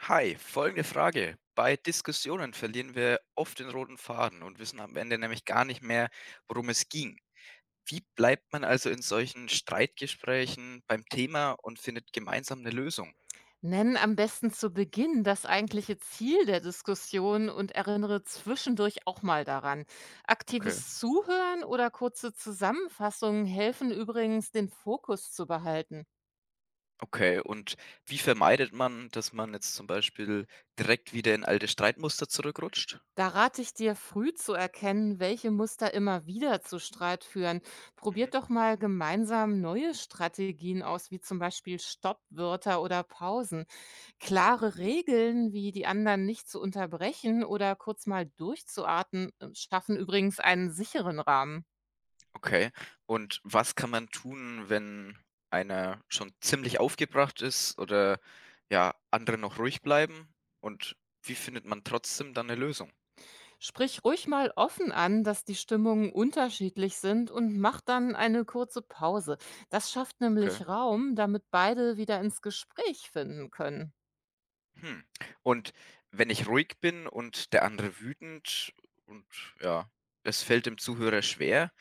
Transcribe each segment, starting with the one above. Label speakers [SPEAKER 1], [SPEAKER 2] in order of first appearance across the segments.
[SPEAKER 1] Hi, folgende Frage. Bei Diskussionen verlieren wir oft den roten Faden und wissen am Ende nämlich gar nicht mehr, worum es ging. Wie bleibt man also in solchen Streitgesprächen beim Thema und findet gemeinsam eine Lösung?
[SPEAKER 2] Nenn am besten zu Beginn das eigentliche Ziel der Diskussion und erinnere zwischendurch auch mal daran.
[SPEAKER 1] Okay,
[SPEAKER 2] Aktives Zuhören oder kurze Zusammenfassungen helfen übrigens, den Fokus zu behalten.
[SPEAKER 1] okay. Und wie vermeidet man, dass man jetzt zum Beispiel direkt wieder in alte Streitmuster zurückrutscht?
[SPEAKER 2] Da rate ich dir früh zu erkennen, welche Muster immer wieder zu Streit führen.
[SPEAKER 1] Mhm.
[SPEAKER 2] Probiert doch mal gemeinsam neue Strategien aus, wie zum Beispiel Stoppwörter oder Pausen. Klare Regeln, wie die anderen nicht zu unterbrechen oder kurz mal durchzuatmen, schaffen übrigens einen sicheren Rahmen.
[SPEAKER 1] Okay. Und was kann man tun, wenn einer schon ziemlich aufgebracht ist oder ja, andere noch ruhig bleiben? Und wie findet man trotzdem dann eine Lösung?
[SPEAKER 2] Sprich ruhig mal offen an, dass die Stimmungen unterschiedlich sind und mach dann eine kurze Pause. Das schafft
[SPEAKER 1] Okay.
[SPEAKER 2] nämlich Raum, damit beide wieder ins Gespräch finden können.
[SPEAKER 1] Hm. Und wenn ich ruhig bin und der andere wütend und ja, es fällt dem Zuhörer schwer,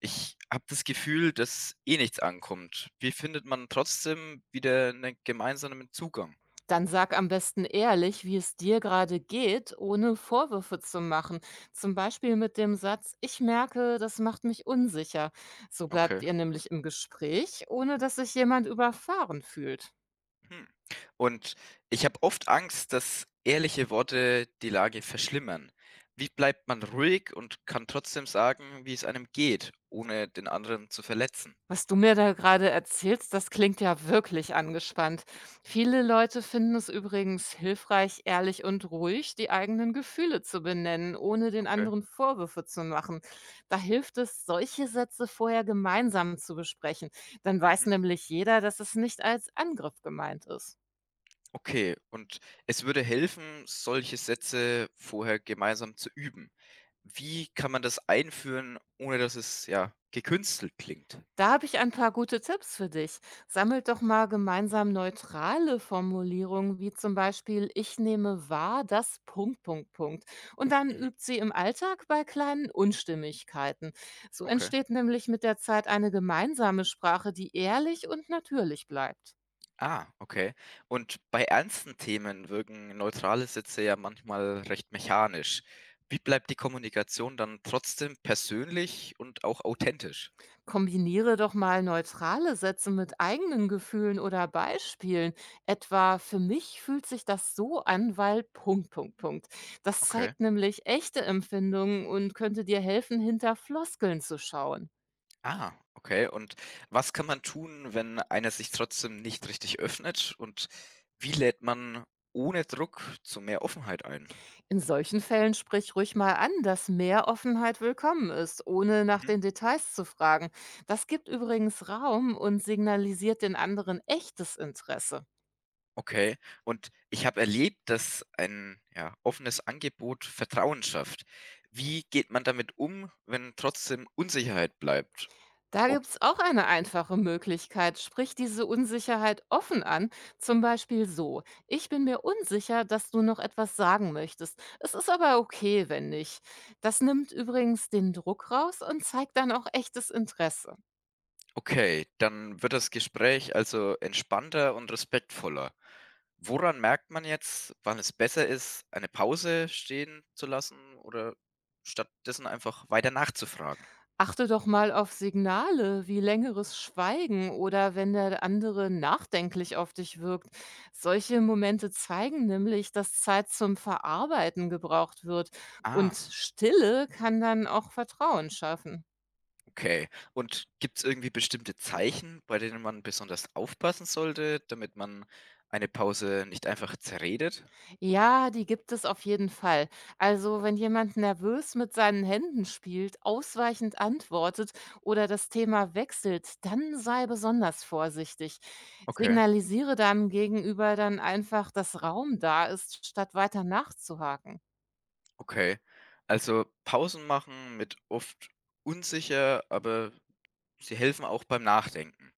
[SPEAKER 1] ich habe das Gefühl, dass eh nichts ankommt. Wie findet man trotzdem wieder einen gemeinsamen Zugang?
[SPEAKER 2] Dann sag am besten ehrlich, wie es dir gerade geht, ohne Vorwürfe zu machen. Zum Beispiel mit dem Satz: Ich merke, das macht mich unsicher. So
[SPEAKER 1] Okay.
[SPEAKER 2] bleibt ihr nämlich im Gespräch, ohne dass sich jemand überfahren fühlt.
[SPEAKER 1] Hm. Und ich habe oft Angst, dass ehrliche Worte die Lage verschlimmern. Wie bleibt man ruhig und kann trotzdem sagen, wie es einem geht, ohne den anderen zu verletzen?
[SPEAKER 2] Was du mir da gerade erzählst, das klingt ja wirklich angespannt. Viele Leute finden es übrigens hilfreich, ehrlich und ruhig die eigenen Gefühle zu benennen, ohne den
[SPEAKER 1] Okay.
[SPEAKER 2] anderen Vorwürfe zu machen. Da hilft es, solche Sätze vorher gemeinsam zu besprechen. Dann weiß
[SPEAKER 1] Mhm.
[SPEAKER 2] nämlich jeder, dass es nicht als Angriff gemeint ist.
[SPEAKER 1] Okay, und es würde helfen, solche Sätze vorher gemeinsam zu üben. Wie kann man das einführen, ohne dass es ja gekünstelt klingt?
[SPEAKER 2] Da habe ich ein paar gute Tipps für dich. Sammelt doch mal gemeinsam neutrale Formulierungen, wie zum Beispiel ich nehme wahr, dass Punkt, Punkt, Punkt. Und dann
[SPEAKER 1] Mhm.
[SPEAKER 2] übt sie im Alltag bei kleinen Unstimmigkeiten. So
[SPEAKER 1] Okay.
[SPEAKER 2] entsteht nämlich mit der Zeit eine gemeinsame Sprache, die ehrlich und natürlich bleibt.
[SPEAKER 1] Ah, okay. Und bei ernsten Themen wirken neutrale Sätze ja manchmal recht mechanisch. Wie bleibt die Kommunikation dann trotzdem persönlich und auch authentisch?
[SPEAKER 2] Kombiniere doch mal neutrale Sätze mit eigenen Gefühlen oder Beispielen. Etwa, für mich fühlt sich das so an, weil Punkt, Punkt, Punkt. Das
[SPEAKER 1] Okay.
[SPEAKER 2] zeigt nämlich echte Empfindungen und könnte dir helfen, hinter Floskeln zu schauen.
[SPEAKER 1] Ah, okay. Und was kann man tun, wenn einer sich trotzdem nicht richtig öffnet? Und wie lädt man ohne Druck zu mehr Offenheit ein?
[SPEAKER 2] In solchen Fällen sprich ruhig mal an, dass mehr Offenheit willkommen ist, ohne nach den Details zu fragen. Das gibt übrigens Raum und signalisiert den anderen echtes Interesse.
[SPEAKER 1] Okay. Und ich habe erlebt, dass ein, ja, offenes Angebot Vertrauen schafft. Wie geht man damit um, wenn trotzdem Unsicherheit bleibt?
[SPEAKER 2] Da
[SPEAKER 1] Ob
[SPEAKER 2] gibt's auch eine einfache Möglichkeit. Sprich diese Unsicherheit offen an. Zum Beispiel so: Ich bin mir unsicher, dass du noch etwas sagen möchtest. Es ist aber okay, wenn nicht. Das nimmt übrigens den Druck raus und zeigt dann auch echtes Interesse.
[SPEAKER 1] okay, dann wird das Gespräch also entspannter und respektvoller. Woran merkt man jetzt, wann es besser ist, eine Pause stehen zu lassen oder stattdessen einfach weiter nachzufragen?
[SPEAKER 2] Achte doch mal auf Signale wie längeres Schweigen oder wenn der andere nachdenklich auf dich wirkt. Solche Momente zeigen nämlich, dass Zeit zum Verarbeiten gebraucht wird,
[SPEAKER 1] Ah.
[SPEAKER 2] und Stille kann dann auch Vertrauen schaffen.
[SPEAKER 1] Okay. Und gibt es irgendwie bestimmte Zeichen, bei denen man besonders aufpassen sollte, damit man eine Pause nicht einfach zerredet?
[SPEAKER 2] Ja, die gibt es auf jeden Fall. Also, wenn jemand nervös mit seinen Händen spielt, ausweichend antwortet oder das Thema wechselt, dann sei besonders vorsichtig.
[SPEAKER 1] Okay,
[SPEAKER 2] Signalisiere deinem Gegenüber dann einfach, dass Raum da ist, statt weiter nachzuhaken.
[SPEAKER 1] okay. Also Pausen machen mit oft unsicher, aber sie helfen auch beim Nachdenken.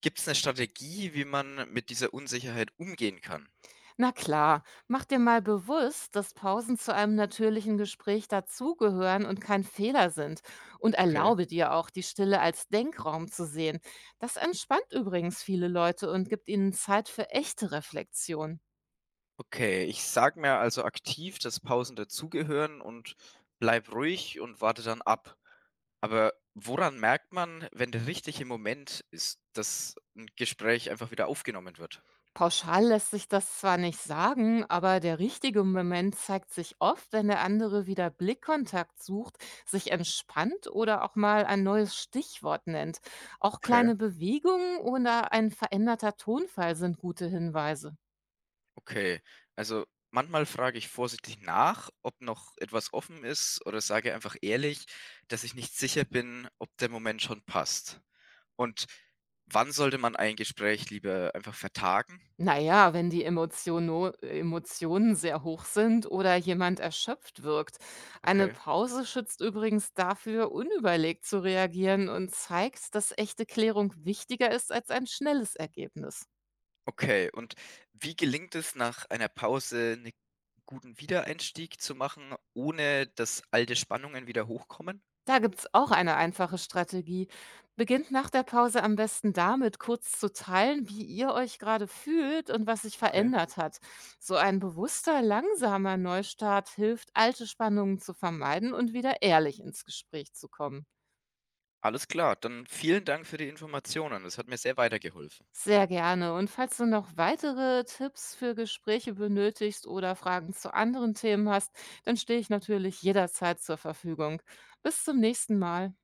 [SPEAKER 1] Gibt es eine Strategie, wie man mit dieser Unsicherheit umgehen kann?
[SPEAKER 2] Na klar, mach dir mal bewusst, dass Pausen zu einem natürlichen Gespräch dazugehören und kein Fehler sind. Und
[SPEAKER 1] Okay.
[SPEAKER 2] erlaube dir auch, die Stille als Denkraum zu sehen. Das entspannt übrigens viele Leute und gibt ihnen Zeit für echte Reflexion.
[SPEAKER 1] Okay, ich sag mir also aktiv, dass Pausen dazugehören und bleib ruhig und warte dann ab. Aber woran merkt man, wenn der richtige Moment ist, dass ein Gespräch einfach wieder aufgenommen wird?
[SPEAKER 2] Pauschal lässt sich das zwar nicht sagen, aber der richtige Moment zeigt sich oft, wenn der andere wieder Blickkontakt sucht, sich entspannt oder auch mal ein neues Stichwort nennt. Auch
[SPEAKER 1] Okay,
[SPEAKER 2] kleine Bewegungen oder ein veränderter Tonfall sind gute Hinweise.
[SPEAKER 1] okay. Also manchmal frage ich vorsichtig nach, ob noch etwas offen ist oder sage einfach ehrlich, dass ich nicht sicher bin, ob der Moment schon passt. Und wann sollte man ein Gespräch lieber einfach vertagen?
[SPEAKER 2] Naja, wenn die Emotionen sehr hoch sind oder jemand erschöpft wirkt. Eine
[SPEAKER 1] Okay.
[SPEAKER 2] Pause schützt übrigens dafür, unüberlegt zu reagieren, und zeigt, dass echte Klärung wichtiger ist als ein schnelles Ergebnis.
[SPEAKER 1] Okay, und wie gelingt es, nach einer Pause einen guten Wiedereinstieg zu machen, ohne dass alte Spannungen wieder hochkommen?
[SPEAKER 2] Da gibt's auch eine einfache Strategie. Beginnt nach der Pause am besten damit, kurz zu teilen, wie ihr euch gerade fühlt und was sich
[SPEAKER 1] Okay.
[SPEAKER 2] verändert hat. So ein bewusster, langsamer Neustart hilft, alte Spannungen zu vermeiden und wieder ehrlich ins Gespräch zu kommen.
[SPEAKER 1] Alles klar, dann vielen Dank für die Informationen. Das hat mir sehr weitergeholfen.
[SPEAKER 2] Sehr gerne. Und falls du noch weitere Tipps für Gespräche benötigst oder Fragen zu anderen Themen hast, dann stehe ich natürlich jederzeit zur Verfügung. Bis zum nächsten Mal.